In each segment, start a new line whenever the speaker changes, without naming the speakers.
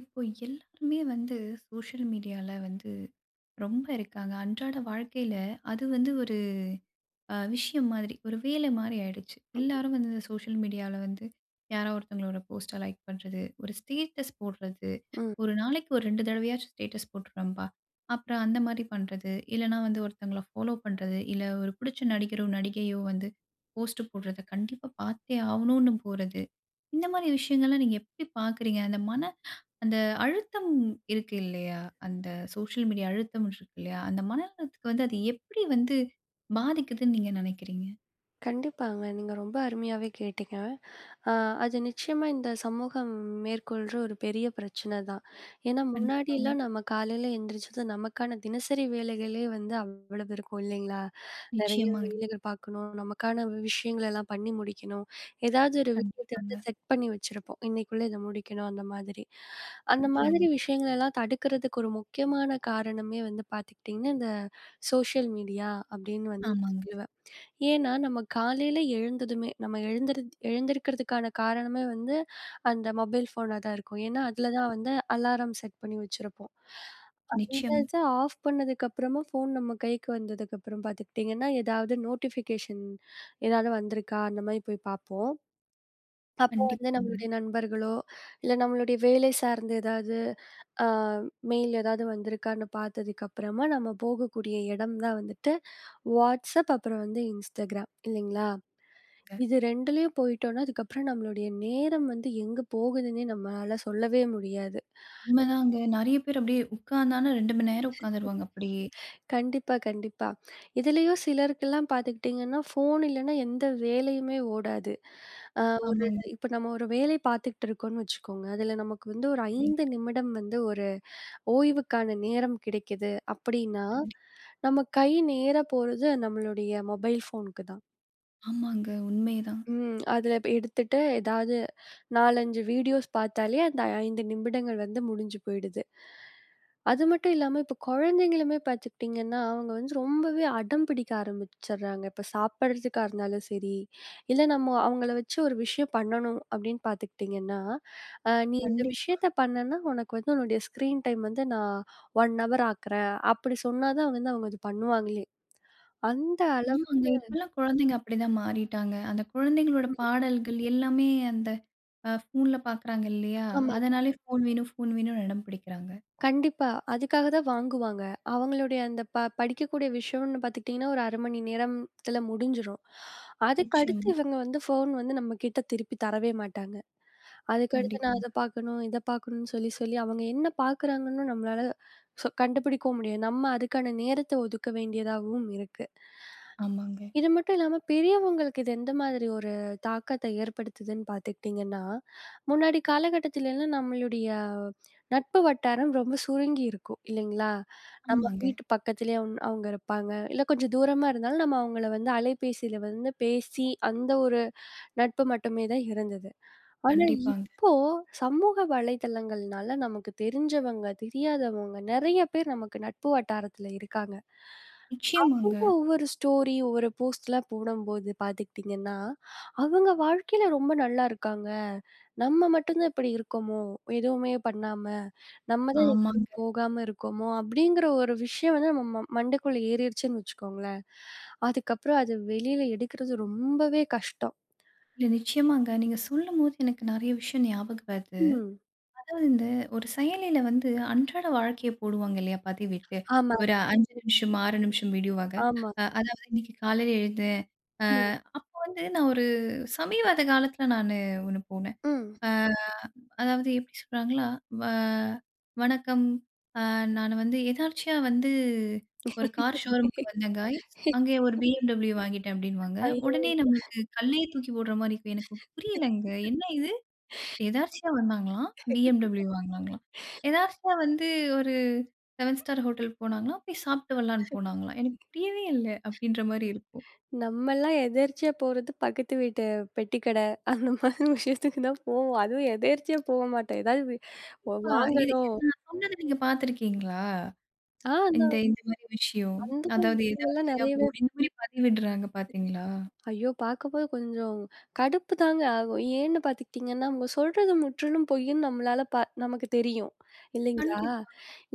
இப்போ எல்லாருமே வந்து சோஷியல் மீடியால வந்து ரொம்ப இருக்காங்க. அன்றாட வாழ்க்கையில அது வந்து ஒரு விஷயம் மாதிரி, ஒரு வேலை மாரி ஆயிடுச்சு. எல்லாரும் வந்து இந்த சோஷியல் மீடியால வந்து யாரோ ஒருத்தவங்களோட போஸ்ட்ட லைக் பண்றது, ஒரு ஸ்டேட்டஸ் போடுறது.
ம்.
ஒரு நாளைக்கு ஒரு 2 தடவையாச்சும் ஸ்டேட்டஸ் போட்டுடுறோம்பா. அப்புறம் அந்த மாரி பண்றது. இல்லன்னா வந்து ஒருத்தங்கள ஃபாலோ பண்றது. இல்ல ஒரு பிடிச்ச நடிகரோ, நடிகையோ வந்து போஸ்ட் போடுறத கண்டிப்பா பார்த்தே ஆவணும்னு போறது. இந்த மாரி விஷயங்கள்லாம் நீங்க எப்படி பார்க்குறீங்க? அந்த மன அந்த அழுத்தம் இருக்கு இல்லையா? அந்த சோஷியல் மீடியா அழுத்தம் இருக்கு இல்லையா? அந்த மன அழுத்தத்துக்கு வந்து அது எப்படி வந்து பாதிக்குதுன்னு நீங்க நினைக்கிறீங்க?
கண்டிப்பாங்க. நீங்க ரொம்ப அருமையாவே கேட்டீங்க. அ அது நிச்சயமா இந்த சமூகம் மேற்கொள்ற ஒரு பெரிய பிரச்சனை தான். ஏன்னா
கண்டிப்பாங்க.
முன்னாடிலாம் நம்ம காலையில எந்திரிச்சது நமக்கான தினசரி வேலைகளே வந்து அவ்வளவு இருக்கும் இல்லைங்களா? நெறைய
நிச்சயமாங்க.
வேலைகள் பார்க்கணும், நமக்கான விஷயங்கள் எல்லாம் பண்ணி முடிக்கணும். ஏதாவது ஒரு விஷயத்த வந்து
கண்டிப்பாங்க.
செட் பண்ணி வச்சிருப்போம். இன்னைக்குள்ள இத முடிக்கணும் அந்த மாதிரி. அந்த மாதிரி
நிச்சயமாங்க.
விஷயங்கள் எல்லாம் தடுக்கிறதுக்கு ஒரு முக்கியமான காரணமே வந்து பார்த்துக்கிட்டிங்கன்னா, இந்த சோஷியல் மீடியா அப்படின்னு வந்து
ஆமாங்க.
சொல்லுவேன். ஏன்னா, நம்ம காலையில எழுந்ததுமே நம்ம எழுந்திருக்கிறதுக்கான காரணமே வந்து, அந்த மொபைல் ஃபோனா தான் இருக்கும். ஏன்னா, அதில தான் வந்து அலாரம் செட் பண்ணி வச்சிருப்போம். அந்த
நிச்சயம்.
இத ஆஃப் பண்ணதுக்கப்புறமா ஃபோன் நம்ம கைக்கு வந்ததுக்கப்புறம் பார்த்துக்கிட்டிங்கன்னா, ஏதாவது நோட்டிஃபிகேஷன் ஏதாவது வந்திருக்கா? அந்த மாரி போய் பார்ப்போம். அப்போ வந்து
கண்டிப்பாங்க.
நம்மளுடைய நண்பர்களோ, இல்ல நம்மளுடைய வேலை சார்ந்த ஏதாவது அ மெயில் ஏதாவது வந்திருக்கான்னு பார்த்ததுக்கப்புறமா நம்ம போகக்கூடிய இடம் தான் வந்துட்டு, வாட்ஸ்அப் அப்புறம் வந்து Instagram இல்லைங்களா? இது 2லயும் போயிட்டோம்னா, அதுக்கப்புறம் நம்மளுடைய நேரம் வந்து எங்க போகுதுன்னே நம்மளால சொல்லவே முடியாது.
உண்மைதாங்க. நெறைய பேர் அப்படியே உட்கார்ந்தானா 2 மணி நேரம் உட்கார்ந்துருவாங்க அப்படியே.
கண்டிப்பா, கண்டிப்பா. இதுலயும் சிலருக்கெல்லாம் பார்த்துக்கிட்டீங்கன்னா, ஃபோன் இல்லன்னா எந்த வேலையுமே ஓடாது. ஒரு
ஆமாங்க.
இப்ப நம்ம ஒரு வேலை பார்த்துக்கிட்டு இருக்கோம்னு வச்சுக்கோங்க. அதுல நமக்கு வந்து ஒரு
சரிங்க.
5 நிமிடம் வந்து ஒரு ஓய்வுக்கான நேரம் கிடைக்குது அப்படின்னா,
கண்டிப்பா.
நம்ம கை நேரா போறது நம்மளுடைய மொபைல் ஃபோனுக்கு தான்.
ஆமாங்க. உண்மைதான்.
ம். அதுல இப்ப எடுத்துட்டு ஏதாவது 4, 5 வீடியோஸ் பார்த்தாலே அந்த 5 நிமிடங்கள் வந்து முடிஞ்சு போயிடுது. அது மட்டும் இல்லாம இப்ப குழந்தைங்களுமே பார்த்துக்கிட்டிங்கன்னா, அவங்க வந்து ரொம்பவே அடம் பிடிக்க ஆரம்பிச்சுடுறாங்க. இப்ப சாப்பிடுறதுக்கா இருந்தாலும் சரி, இல்ல நம்ம அவங்கள வச்சு ஒரு விஷயம் பண்ணணும் அப்படின்னு பார்த்துக்கிட்டிங்கன்னா, "நீ இந்த
கண்டிப்பா.
விஷயத்த பண்ணனா உனக்கு வந்து உன்னுடைய ஸ்க்ரீன் டைம் வந்து நான் 1 ஹவர் ஆக்குறேன்." அப்படி சொன்னா தான் வந்து அவங்க அது பண்ணுவாங்களே. அந்த அளவுக்கு
ஆமாங்க. இப்பலாம் குழந்தைங்க அப்படிதான் மாறிட்டாங்க. அந்த குழந்தைங்களோட பாடல்கள் எல்லாமே அந்த ஃபோன்ல பார்க்குறாங்க இல்லையா?
ஆமா.
அதனாலே ஃபோன் வேணும், ஃபோன் வேணும்னு அடம் பிடிக்கிறாங்க.
கண்டிப்பா. அதுக்காக தான் வாங்குவாங்க. அவங்களுடைய அந்த படிக்கக்கூடிய விஷயம்னு பார்த்துக்கிட்டிங்கன்னா, ஒரு 1/2 மணி நேரத்துல முடிஞ்சிரும். அதுக்கடுத்து
நிச்சயமா.
இவங்க வந்து ஃபோன் வந்து நம்மகிட்ட திருப்பி தரவே மாட்டாங்க. அதுக்கடுத்து நான்
கண்டிப்பாங்க.
அத பார்க்கணும், இத பார்க்கணும்னு சொல்லி சொல்லி அவங்க என்ன பார்க்குறாங்கன்னு நம்மளால கண்டுபிடிக்கவும் முடியாது. நம்ம அதுக்கான நேரத்த ஒதுக்க வேண்டியதாகவும் இருக்கு.
ஆமாங்க.
இது மட்டும் இல்லாம பெரியவங்களுக்கு இது எந்த மாதிரி ஒரு தாக்கத்த ஏற்படுத்துதுன்னு பார்த்துக்கிட்டிங்கன்னா, முன்னாடி காலகட்டத்திலலாம் நம்மளுடைய நட்பு வட்டாரம் ரொம்ப சுருங்கி இருக்கும் இல்லைங்களா? நம்ம
ஆமாங்க.
வீட்டு பக்கத்திலேயே அவங்க இருப்பாங்க. இல்ல கொஞ்சம் தூரமா இருந்தாலும் நம்ம அவங்கள வந்து அலைபேசியில வந்து பேசி அந்த ஒரு நட்பு மட்டுமே தான் இருந்தது. ஆனா
கண்டிப்பாங்க.
இப்போ சமூக வலைதளங்கள்னால நமக்கு தெரிஞ்சவங்க, தெரியாதவங்க நெறைய பேர் நமக்கு நட்பு வட்டாரத்தில இருக்காங்க.
நிச்சயமாங்க.
ஒவ்வொரு ஸ்டோரி, ஒவ்வொரு போஸ்ட்லாம் போடும்போது பார்த்துக்கிட்டிங்கன்னா, அவங்க வாழ்க்கையில ரொம்ப நல்லா இருக்காங்க. நம்ம மட்டும் தான் இப்படி இருக்கோமோ! எதுவுமே பண்ணாம, நம்ம தான் ம். எங்கயும்
ஆமாங்க.
போகாம இருக்கோமோ! அப்படிங்கிற ஒரு விஷயம் வந்து நம்ம மண்டைக்குள்ள ஏறிருச்சுன்னு வச்சுக்கோங்களேன். அதுக்கப்புறம் அத வெளியில எடுக்கிறது ரொம்பவே கஷ்டம்.
இல்ல நிச்சயமாங்க. நீங்க சொல்லும்போது எனக்கு நெறைய விஷயம் ஞாபகம் வருது.
ம்.
அதாவது இந்த ஒரு செயலியில வந்து அன்றாட வாழ்க்கைய போடுவாங்க இல்லையா பதிவிட்டு.
ஆமா,
ஒரு 5 நிமிஷம், 6 நிமிஷம் வீடியோவாக.
ஆமா.
அதாவது இன்னைக்கு காலையில எழுந்தேன். அ
ம்,
அப்போ வந்து நான் ஒரு சமீபத காலத்துல நானு ஒண்ணு போனேன்.
ம்.
அ அதாவது எப்படி சொல்றாங்களா, வ வணக்கம். அ நான் வந்து எதார்ச்சியா வந்து ஒரு கார் ஷோரூம்க்கு வந்தேன் காய்ஸ். அங்கே ஒரு BMW வாங்கிட்டேன் அப்படின்னுவாங்க.
ஐயோ!
உடனே நம்மளுக்கு கல்லையே தூக்கி போடுற மாரி இருக்கும். எனக்கு புரியலங்க. என்ன இது? எதார்ச்சியா வந்தாங்களாம். BMW வாங்குனாங்களாம். எதார்ச்சியா வந்து ஒரு 7 ஸ்டார் ஹோட்டல் போனாங்களாம். போய் சாப்பிட்டு வரலான்னு போனாங்களாம். எனக்கு புரியவே இல்ல அப்டின்ற மாரி இருக்கும்.
நம்மல்லாம் எதேர்ச்சியா போறது பக்கத்து வீட்டு பெட்டி கடை, அந்த மாதிரி விஷயத்துக்கு தான் போவோம். அதுவும் எதேர்ச்சியா போக மாட்டோம். ஏதாவது வி ஒ
ஆ இது
வாங்கணும்.
இது நான் சொன்னத நீங்க பார்த்துருக்கீங்களா?
அந்த
இந்த இந்த மாரி விஷயம்.
அந்த மாதிரி
அதாவது
விஷயங்கள்லாம்
எதார்ச்சியா
நெறையவே
போடு இந்த மாரி பதிவிடுறாங்க பார்த்தீங்களா?
ஐயோ! பார்க்கும்போது கொஞ்சம் கடுப்பு தாங்க ஆகும். ஏன்னு பார்த்துக்கிட்டிங்கன்னா, அவங்க சொல்றது முற்றிலும் பொய்ன்னு நம்மளால நமக்கு தெரியும். இல்லைங்களா?
கண்டிப்பா.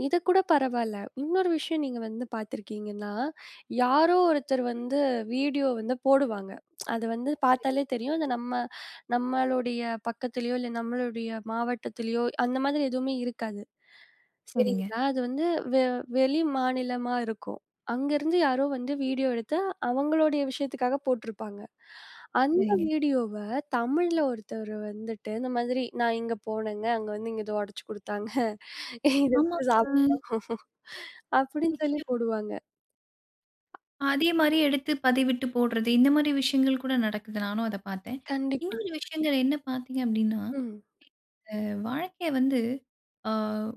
இது கூட பரவால்ல. இன்னொரு விஷயம் நீங்க வந்து பார்த்துருக்கீங்கன்னா, யாரோ ஒருத்தர் வந்து வீடியோ வந்து போடுவாங்க. அது வந்து பார்த்தாலே தெரியும். அது நம்ம நம்மளுடைய பக்கத்துலயோ, இல்ல நம்மளுடைய மாவட்டத்திலயோ அந்த மாதிரி எதுவுமே இருக்காது.
சரிங்க,
சரிங்களா? அது வந்து வெ வெளி மாநிலமா இருக்கும். அங்கருந்து யாரோ வந்து வீடியோ எடுத்து அவங்களுடைய விஷயத்துக்காக போட்டிருப்பாங்க. அந்த
சரிங்க.
வீடியோவ தமிழ்ல ஒருத்தர் வந்துட்டு, இந்த மாதிரி "நான் இங்க போனேங்க. அங்க வந்து இங்க இத உடைச்சு குடுத்தாங்க. இத வந்து சாப்பிட்டோம்"
ஆமாங்க.
அப்படின்னு சொல்லி
நிச்சயமா.
போடுவாங்க.
அதே மாரி எடுத்து பதிவிட்டு போடுறது, இந்த மாரி விஷயங்கள் கூட நடக்குது. நானும் அத பார்த்தேன்.
கண்டிப்பா.
இன்னொரு விஷயங்கள் என்ன பார்த்தீங்க அப்டின்னா
ம்.
வாழ்க்கைய வந்து ஆ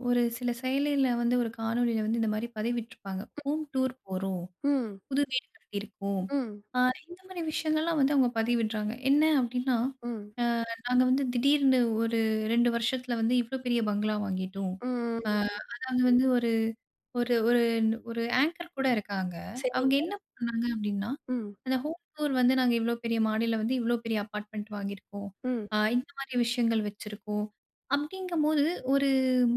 ஒரு சில செயலில வந்து ஒரு காணொளியில வந்து இந்த மாரி பதிவிட்டுருப்பாங்க. ஹோம் டூர் போறோம்.
ம்.
புது வீடு கட்டியிருக்கோம்.
ம்.
ஆ இந்த மாரி விஷயங்கள்லாம் வந்து அவங்க பதிவிடுறாங்க. என்ன அப்டின்னா
ம்.
நாங்க வந்து திடீர்னு ஒரு 2 வருஷத்துல வந்து இவ்ளோ பெரிய பங்களா வாங்கிட்டோம்.
ம்.
அ அதாவது வந்து ஒரு ஒரு ஒரு ஒரு ஆங்கர் கூட இருக்காங்க. அவங்க
சரிங்க.
என்ன பண்ணாங்க அப்டின்னா,
ம்.
அந்த ஹோம் டூர் வந்து நாங்க இவ்ளோ பெரிய மாடியில வந்து இவ்ளோ பெரிய அபார்ட்மெண்ட் வாங்கியிருக்கோம்.
ம்.
இந்த மாரி விஷயங்கள் வச்சிருக்கோம். அப்டிங்கும்போது ஒரு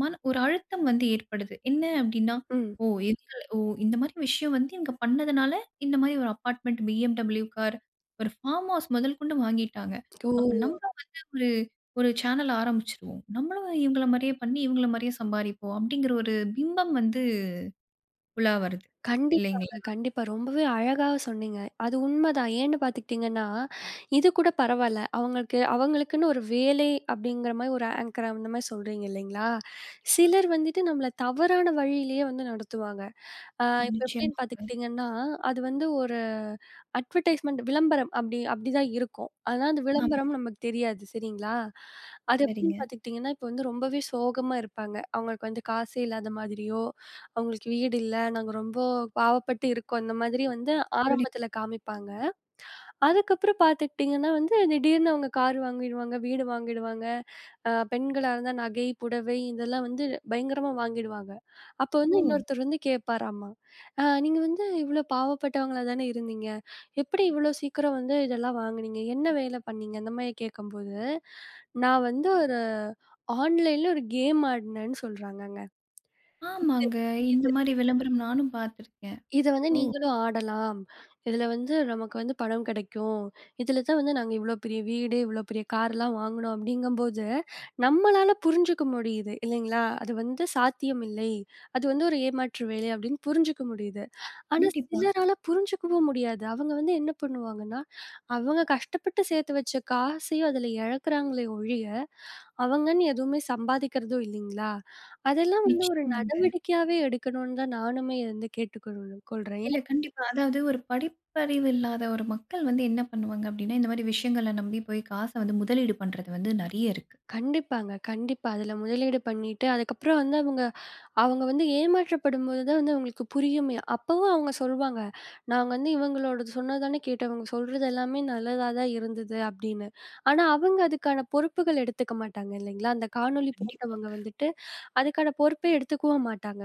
மன ஒரு அழுத்தம் வந்து ஏற்படுது. என்ன அப்டின்னா,
ம்.
ஓ! இவங்கள ஓ! இந்த மாரி விஷயம் வந்து இவங்க பண்ணதுனால இந்த மாரி ஒரு அபார்ட்மெண்ட் BMW கார், ஒரு ஃபார்ம் ஹவுஸ் முதல் கொண்டு வாங்கிட்டாங்க. அப்ப
ஓ!
நம் ஒரு ஒரு சேனல் ஆரம்பிச்சுருவோம். நம்மளும் இவங்கள மாரியே பண்ணி, இவங்கள மாரியே சம்பாரிப்போம். அப்படிங்கிற ஒரு பிம்பம் வந்து உலா வருது.
கண்டிப்பாங்க,
இல்லைங்களா?
கண்டிப்பா. ரொம்பவே அழகா சொன்னீங்க. அது உண்மதான். ஏன்னு பார்த்துக்கிட்டீங்கன்னா, இது கூட பரவால்ல. அவங்களுக்கு அவங்களுக்குன்னு ஒரு வேலை அப்படிங்கிற மாரி ஒரு ஆங்கர் அந்த மாரி சொல்றீங்க இல்லைங்களா?
கண்டிப்பா.
சிலர் வந்துட்டு நம்மள தவறான வழியிலேயே வந்து நடத்துவாங்க. இப்ப எப்படின்னு
நிச்சயமாங்க.
பார்த்துக்கிட்டிங்கன்னா, அது வந்து ஒரு அட்வர்டைஸ்மென்ட் விளம்பரம் அப்படி அப்படிதான் இருக்கும். ஆனா அந்த விளம்பரம்
ஆமாங்க.
நமக்கு தெரியாது சரிங்களா? அது எப்படின்னு
சரிங்க.
பார்த்துக்கிட்டிங்கன்னா, இப்போ வந்து ரொம்பவே சோகமா இருப்பாங்க. அவங்களுக்கு வந்து காசே இல்லாத மாதிரியோ, அவங்களுக்கு வீடு இல்ல, நாங்க ரொம்ப பாவப்பட்டு இருக்கோம். இந்த மாதிரி வந்து ம்.
சரி.
ஆரம்பத்தில காமிப்பாங்க. அதுக்கப்புறம் பார்த்துக்கிட்டிங்கன்னா வந்து, திடீர்னு அவங்க கார் வாங்கிடுவாங்க, வீடு வாங்கிடுவாங்க. பெண்களா இருந்தா நகை, புடவை இதெல்லாம் வந்து பயங்கரமா வாங்கிடுவாங்க. அப்போ வந்து
ஓ!
இன்னொருத்தர் வந்து கேட்பாராமா, நீங்க வந்து இவ்ளோ பாவப்பட்டவங்களா தானே இருந்தீங்க. எப்படி இவ்ளோ சீக்கிரம் வந்து இதெல்லாம் வாங்குனீங்க? என்ன வேலை பண்ணீங்க?" அந்த மாரி கேட்கும்போது, "நான் வந்து ஒரு ஆன்லைன்ல ஒரு கேம் ஆடுனேன்னு" சொல்றாங்கங்க. இது
ஆமாங்க. இந்த மாரி விளம்பரம் நானும் பார்த்துருக்கேன்.
இத வந்து
ஓ!
நீங்களும் ஆடலாம். இதுல வந்து நமக்கு வந்து பணம் கிடைக்கும். இதுல தான் வந்து நாங்க இவ்ளோ பெரிய வீடு, இவ்ளோ பெரிய கார்லாம் வாங்குனோம் அப்படிங்கும்போது, நம்மளால புரிஞ்சுக்க முடியுது இல்லைங்களா? அது வந்து சாத்தியம் இல்லை. அது வந்து ஒரு ஏமாற்று வேலை அப்படின்னு புரிஞ்சுக்க முடியுது. ஆனா
கண்டிப்பா.
சிலரால புரிஞ்சுக்கவும் முடியாது. அவங்க வந்து என்ன பண்ணுவாங்கன்னா, அவங்க கஷ்டப்பட்டு சேர்த்து வச்ச காசையும் அதுல இழக்குறாங்களே ஒழிய, அவங்கன்னு எதுவுமே சம்பாதிக்கிறதும் இல்லைங்களா? அதெல்லாம் வந்து ஒரு
நிச்சயமாங்க.
நடவடிக்கையாவே எடுக்கணும்னு தான் நானுமே வந்து கொள்றேன்.
இல்ல கண்டிப்பா. அதாவது ஒரு படிப்பறிவு இல்லாத ஒரு மக்கள் வந்து என்ன பண்ணுவாங்க அப்படின்னா, இந்த மாரி விஷயங்கள நம்பி போய் காச வந்து முதலீடு பண்றது வந்து நெறைய இருக்கு.
கண்டிப்பாங்க. கண்டிப்பா. அதுல முதலீடு பண்ணிட்டு, அதுக்கப்புறம் வந்து அவங்க அவங்க வந்து ஏமாற்றப்படும்போது தான் வந்து அவங்களுக்கு புரியுமே. அப்பவும் அவங்க சொல்வாங்க, "நாங்க வந்து இவங்களோடது சொன்னது தானே கேட்டோம். இவங்க சொல்றது எல்லாமே நல்லதா தான் இருந்தது." அப்படின்னு. ஆனா அவங்க அதுக்கான பொறுப்புகள் எடுத்துக்க மாட்டாங்க இல்லைங்களா? அந்த காணொளி
கண்டிப்பா.
போட்டவங்க வந்துட்டு, அதுக்கான பொறுப்பே எடுத்துக்கவும் மாட்டாங்க.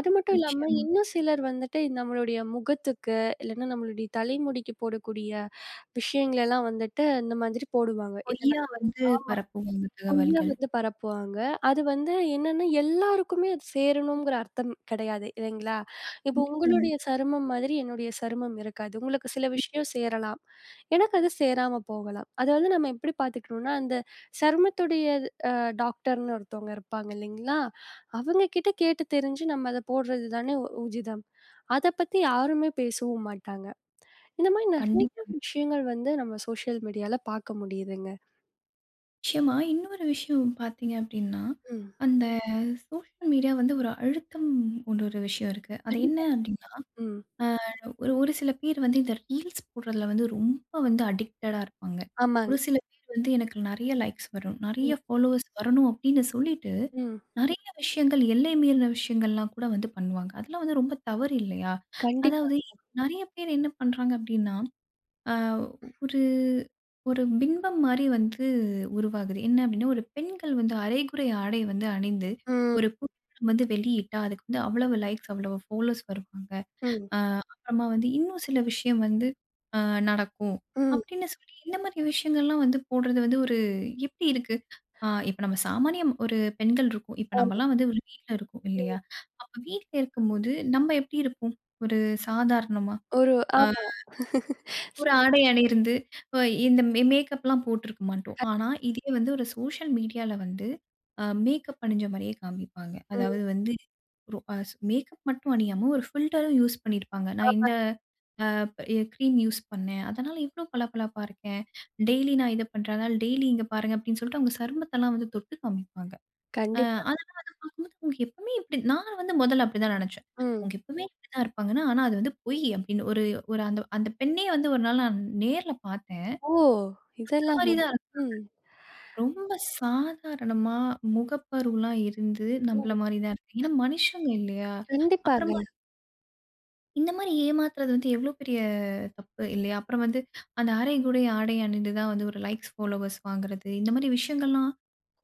அது மட்டும் இல்லாம
நிச்சயமா.
இன்னும் சிலர் வந்துட்டு நம்மளுடைய முகத்துக்கு, இல்லன்னா நம்மளுடைய தலைமுடிக்கு போடக்கூடிய விஷயங்களெல்லாம் வந்துட்டு இந்த மாதிரி போடுவாங்க. இத
பொய்யா வந்து
நான்
பரப்புவாங்க
பொய்யா
தகவல்கள்.
வந்து பரப்புவாங்க. அது வந்து என்னன்னா எல்லாருக்குமே அது சேரணுங்கிற அர்த்தம் கிடையாது இல்லைங்களா? இப்போ
கண்டிப்பாங்க.
உங்களுடைய சருமம் மாதிரி என்னுடைய சருமம் இருக்காது. உங்களுக்கு சில விஷயம் சேரலாம். எனக்கு அது சேராம போகலாம். அத வந்து நம்ம எப்படி பார்த்துக்கணும்னா, அந்த சருமத்துடைய அ டாக்டர்ன்னு ஒருத்தவங்க இருப்பாங்க இல்லைங்களா? அவங்க கிட்ட கேட்டு தெரிஞ்சு நம்ம அத போடுறது தானே உஜிதம். அத பத்தி யாருமே பேசவும் மாட்டாங்க. இந்த மாரி நெறைய
கண்டிப்பா.
விஷயங்கள் வந்து நம்ம சோஷியல் மீடியால பார்க்க முடியுதுங்க.
நிச்சயமா. இன்னொரு விஷயம் பார்த்தீங்க அப்படின்னா,
ம்.
அந்த சோஷியல் மீடியா வந்து ஒரு அழுத்தம் கொண்ட ஒரு விஷயம் இருக்கு. அது என்ன
கண்டிப்பா.
அப்படின்னா,
ம்.
அ ஒரு ஒரு சில பேர் வந்து இந்த ரீல்ஸ் போடுறதுல வந்து ரொம்ப வந்து அடிக்டடா இருப்பாங்க.
ஆமாங்க.
ஒரு சில பேர் வந்து எனக்கு நெறைய லைக்ஸ் வரும், நெறைய
ம்,
ஃபாலோவர்ஸ் வரணும் அப்படின்னு சொல்லிட்டு,
ம்.
நெறைய விஷயங்கள் எல்லை மீறின விஷயங்கள்லாம் கூட வந்து பண்ணுவாங்க. அதெல்லாம் வந்து ரொம்ப தவறு இல்லையா?
கண்டிப்பா.
அதாவது நெறைய பேர் என்ன பண்றாங்க அப்படின்னா ஆ ஒரு ஒரு பிம்பம் மாரி வந்து உருவாகுது. என்ன அப்டின்னா, ஒரு பெண்கள் வந்து அரைகுறை ஆடை வந்து அணிந்து,
ம்,
ஒரு புகைப்படம் வந்து வெளியிட்டா, அதுக்கு வந்து அவ்வளவு லைக்ஸ், அவ்வளவு ஃபாலோஸ் வருவாங்க.
ம்,
அ அப்புறமா வந்து இன்னும் சில விஷயம் வந்து அ நடக்கும்.
ம்.
அப்படின்னு சொல்லி இந்த மாரி விஷயங்கள்லாம் வந்து போடுறது வந்து ஒரு எப்படி இருக்கு? இப்ப நம்ம சாமானியம் ஒரு பெண்கள் இருக்கோம். இப்ப
ஆமா.
நம்மலாம் வந்து ஒரு வீட்ல இருக்கோம்
ம்.
இல்லையா? அப்ப வீட்ல இருக்கும்போது நம்ம எப்படி இருப்போம்? ஒரு சாதாரணமா.
ஒரு ஆமா.
ஒரு ஆடை அணியிருந்து, அ இந்த மேக்கப்லாம் போட்டிருக்க மாட்டோம். ஆனா, இதே வந்து ஒரு சோஷியல் மீடியால வந்து மேக்கப் அணிஞ்ச மாரியே காமிப்பாங்க.
ம்.
அதாவது வந்து ஒரு அ ஸ் மேக்கப் மட்டும் அணியாம ஒரு ஃபில்டரும் யூஸ் பண்ணியிருப்பாங்க. நான்
ஆமா.
இந்த அப் எ கிரீம் யூஸ் பண்ணேன். அதனால இவ்ளோ பளபளப்பா இருக்கேன். டெய்லி நான் இத பண்றேன். அதனால டெய்லி இங்க பாருங்க அப்படின்னு சொல்லிட்டு அவங்க சருமத்தெல்லாம் வந்து தொட்டு காமிப்பாங்க. அ
கண்டிப்பா.
அதனால அத பார்க்கும்போது அவங்க எப்பவுமே இப்படி நான் வந்து முதல்ல அப்படிதான் நினைச்சேன்.
ம்.
அவங்க எப்பவுமே இப்படிதான் இருப்பாங்கன்னா, ஆனா அது வந்து பொய் அப்படின்னு ஒரு ஒரு அந்த அந்த பெண்ணே வந்து ஒரு நாள் நான் நேர்ல பார்த்தேன்.
ஓ!
அந்த மாரி
இதெல்லாமா?
தான் இருக்கு.
ம்.
ரொம்ப சாதாரணமா முகப்பருவலாம் இருந்து
ம்.
நம்மள மாரி தான் இருக்கு. ஏன்னா மனுஷங்க இல்லையா?
கண்டிப்பாங்க.
அப்புறமா இந்த மாரி ஏமாத்துறது வந்து எவ்வளோ பெரிய தப்பு இல்லையா? அப்புறம் வந்து அந்த அரைகுறை ஆடை அணிந்து தான் வந்து ஒரு லைக்ஸ், ஃபாலோவர்ஸ் வாங்குறது. இந்த மாரி விஷயங்கள்லாம்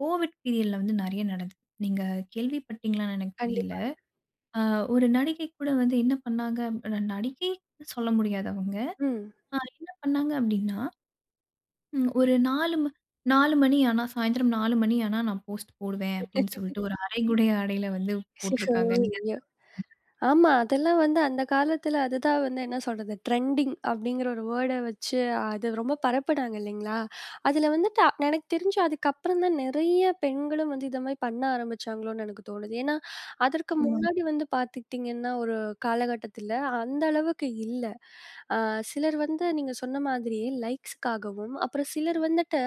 கோவிட் பீரியட்ல வந்து நெறைய நடந்தது. நீங்க கேள்விப்பட்டீங்களான்னு எனக்கு தெரியல.
கண்டிப்பாங்க.
ஆ ஒரு நடிகை கூட வந்து என்ன பண்ணாங்க நடிகை சொல்ல முடியாது அவங்க.
ம்.
என்ன பண்ணாங்க அப்டின்னா, ஒரு 4 மணி ஆனா சாயந்திரம் 4 மணி ஆனா நான் போஸ்ட் போடுவேன் அப்டின்னு சொல்லிட்டு ஒரு அரைகுறை ஆடையில வந்து போட்டுருக்காங்க. நீங்க அத
ஆமா. அதெல்லாம் வந்து அந்த காலத்துல அதுதான் வந்து என்ன சொல்றது? ட்ரெண்டிங் அப்படிங்கிற ஒரு வேர்ட வச்சு அது ரொம்ப பரப்புனாங்க இல்லைங்களா? அதுல வந்துட்டு எனக்கு தெரிஞ்சு அதுக்கப்புறம் தான் நெறைய பெண்களும் வந்து இத மாரி பண்ண ஆரம்பிச்சாங்களோன்னு எனக்கு தோணுது. ஏன்னா, அதற்கு
நிச்சயமா.
முன்னாடி வந்து பார்த்துக்கிட்டிங்கன்னா, ஒரு காலகட்டத்துல அந்த அளவுக்கு இல்ல. அ சிலர் வந்து நீங்க சொன்ன மாதிரியே லைக்ஸ்க்காகவும், அப்புறம் சிலர் வந்துட்டு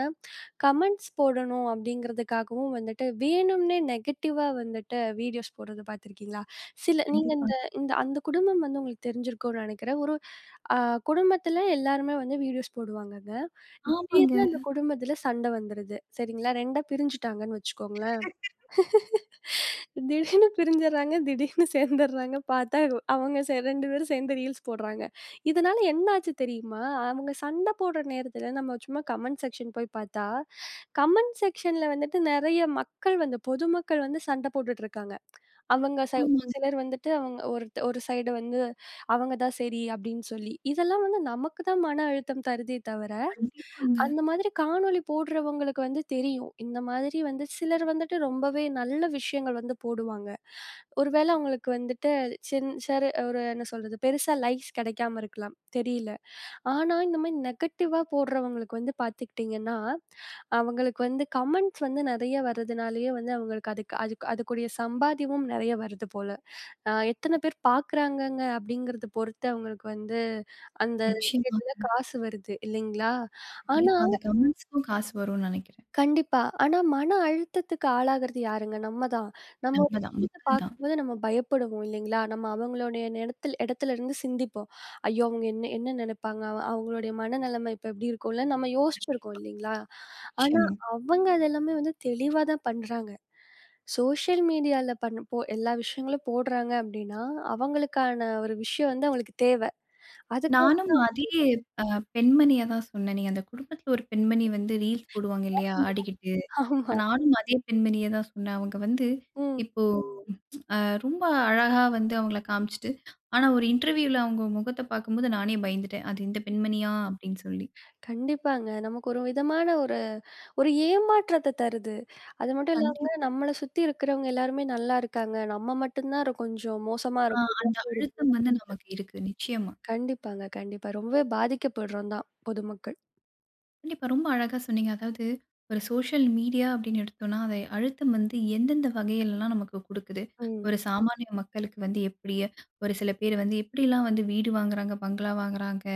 கமெண்ட்ஸ் போடணும் அப்படிங்கிறதுக்காகவும் வந்துட்டு வேணும்னே நெகட்டிவா வந்துட்டு வீடியோஸ் போடுறது பார்த்துருக்கீங்களா? சில நீங்க
கண்டிப்பா.
இந்த இந்த அந்த குடும்பம் வந்து உங்களுக்கு தெரிஞ்சிருக்கும்னு நெனைக்கிறேன். ஒரு அ குடும்பத்தில எல்லாருமே வந்து வீடியோஸ் போடுவாங்கங்க.
ஆமாங்க,
திடீர்னு அந்த குடும்பத்தில சண்டை வந்துருது. சரிங்களா? 2 பிரிஞ்சுட்டாங்கன்னு வச்சுக்கோங்களேன். திடீர்னு பிரிஞ்சுர்றாங்க, திடீர்னு சேர்ந்துர்றாங்க. பார்த்தா அவங்க 2 பேரும் சேர்ந்து ரீல்ஸ் போடுறாங்க. இதனால என்ன ஆச்சு தெரியுமா? அவங்க சண்ட போடுற நேரத்தில நம்ம சும்மா கமெண்ட் செக்ஷன் போய் பார்த்தா, கமெண்ட் செக்ஷன்ல வந்துட்டு நெறைய மக்கள் வந்து பொதுமக்கள் வந்து சண்ட போட்டுட்டு இருக்காங்க. அவங்க ஒரு
ஆமாங்க.
சிலர் வந்துட்டு அவங்க ஒரு ஒரு சைடு வந்து அவங்க தான் சரி அப்படின்னு சொல்லி. இதெல்லாம் வந்து நமக்கு தான் மன அழுத்தம் தருதே தவிர,
கண்டிப்பாங்க.
அந்த மாதிரி காணொளி போடுறவங்களுக்கு வந்து தெரியும். இந்த மாதிரி வந்து சிலர் வந்துட்டு ரொம்பவே நல்ல விஷயங்கள் வந்து போடுவாங்க. ஒருவேள அவங்களுக்கு வந்துட்டு சின் சர் ஒரு என்ன சொல்றது? பெருசா லைக்ஸ் கிடைக்காம இருக்கலாம். தெரியல. ஆனா, இந்த மாரி நெகட்டிவா போடுறவங்களுக்கு வந்து பார்த்துக்கிட்டீங்கன்னா, அவங்களுக்கு வந்து கமெண்ட்ஸ் வந்து நெறைய வர்றதுனாலயே வந்து அவங்களுக்கு அதுக்கு அதுக்கு அதுக்குடைய சம்பாத்தியமும் நெறைய வருது போல. எத்தன பேர் பார்க்குறாங்கங்க அப்படிங்கிறத பொறுத்து அவங்களுக்கு வந்து அந்த
நிச்சயமா.
விஷயத்துல காசு வருது இல்லைங்களா? ஆனா
கண்டிப்பா. அந்த கமெண்ட்ஸ்க்கும் காசு வரும்னு நெனைக்கிறேன்.
கண்டிப்பா. ஆனா மன அழுத்தத்துக்கு ஆளாகுறது யாருங்க? நம்ம தான். நம்ம ஒரு
நம்ம தான்,
விஷயத்த
மக்கள் தான்.
பார்க்கும்போது நம்ம பயப்படுவோம் இல்லைங்களா? நம்ம அவங்களுடைய இடத்துல இடத்துல இருந்து சிந்திப்போம். ஐயோ! அவங்க என்ன என்ன நினைப்பாங்க? அவங்களுடைய மனநிலைமை இப்ப எப்படி இருக்கும்ல? நம்ம யோசிச்சிருக்கோம்
கண்டிப்பா.
இல்லைங்களா? ஆனா
நிச்சயமா.
அவங்க அதெல்லாமே வந்து தெளிவா தான் பண்றாங்க. சோஷியல் மீடியால பண்ண போ எல்லா விஷயங்களும் போடுறாங்க அப்படின்னா, அவங்களுக்கான ஒரு விஷயம் வந்து அவங்களுக்கு தேவை.
நானும்
அதுக்காக
அதே அ பெண்மணிய தான் சொன்னேனே. அந்த குடும்பத்தில ஒரு பெண்மணி வந்து ரீல்ஸ் போடுவாங்க இல்லையா? ஆடிக்கிட்டு.
ஆமா.
நானும் அதே பெண்மணிய தான் சொன்னேன். அவங்க வந்து
ம்.
இப்போ அ ரொம்ப அழகா வந்து அவங்கள காமிச்சுட்டு, ஆனா ஒரு இன்டர்வியூல அவங்க முகத்த பார்க்கும்போது நானே பயந்துட்டேன். அது இந்த பெண்மணியா? அப்படின்னு சொல்லி.
கண்டிப்பாங்க. நமக்கு ஒரு விதமான ஒரு ஒரு ஏமாற்றத்த தருது. அது மட்டும்
கண்டிப்
இல்லாம நம்மள சுத்தி இருக்கிறவங்க எல்லாருமே நல்லா இருக்காங்க. நம்ம மட்டும் தான் கொஞ்சம் மோசமா இருக்கோம்.
அந்த அழுத்தம் வந்து நமக்கு இருக்கு. நிச்சயமா.
கண்டிப்பாங்க, கண்டிப்பா. ரொம்பவே பாதிக்கப்படுறோம் தான் பொதுமக்கள்.
கண்டிப்பா ரொம்ப அழகா சொன்னீங்க. அதாவது ஒரு சோஷியல் மீடியா அப்படின்னு எடுத்தோம்னா, அதை அழுத்தம் வந்து எந்தெந்த வகையிலலாம் நமக்கு குடுக்குது?
ம்.
ஒரு சாமானிய மக்களுக்கு வந்து எப்படி? ஒரு சில பேர் வந்து எப்படிலாம் வந்து வீடு வாங்குறாங்க, பங்களா வாங்குறாங்க.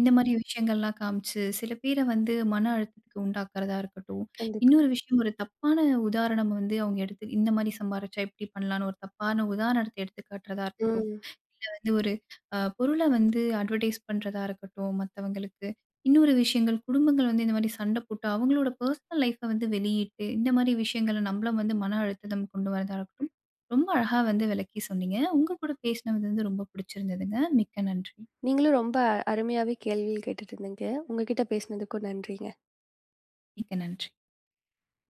இந்த மாரி விஷயங்கள்லாம் காமிச்சு, சில பேர வந்து மன அழுத்தத்துக்கு உண்டாக்குறதா இருக்கட்டும்.
கண்டிப்பா.
இன்னொரு விஷயம் ஒரு தப்பான உதாரணம் வந்து அவங்க எடுத்து இந்த மாரி சம்பாரிச்சா இப்படி பண்ணலான்னு ஒரு தப்பான உதாரணத்த எடுத்து காட்டுறதா இருக்கட்டும்.
ம்.
இல்ல வந்து ஒரு பொருள வந்து அட்வர்டைஸ் பண்றதா இருக்கட்டும் மத்தவங்களுக்கு. இன்னொரு விஷயங்கள் குடும்பங்கள் வந்து இந்த மாரி சண்ட போட்டு அவங்களோட பெர்சனல் லைஃப்ப வந்து வெளியிட்டு, இந்த மாரி விஷயங்கள நம்மள வந்து மன அழுத்தம் கொண்டு வரதா இருக்கட்டும். ரொம்ப அழகா வந்து விளக்கி சொன்னீங்க. உங்க கூட பேசினது வந்து ரொம்ப பிடிச்சிருந்ததுங்க. மிக்க நன்றி.
நீங்களும் ரொம்ப அருமையாவே கேள்விகள் கேட்டுட்டு இருந்தீங்க. உங்ககிட்ட பேசினதுக்கும் நன்றிங்க.
மிக்க நன்றி.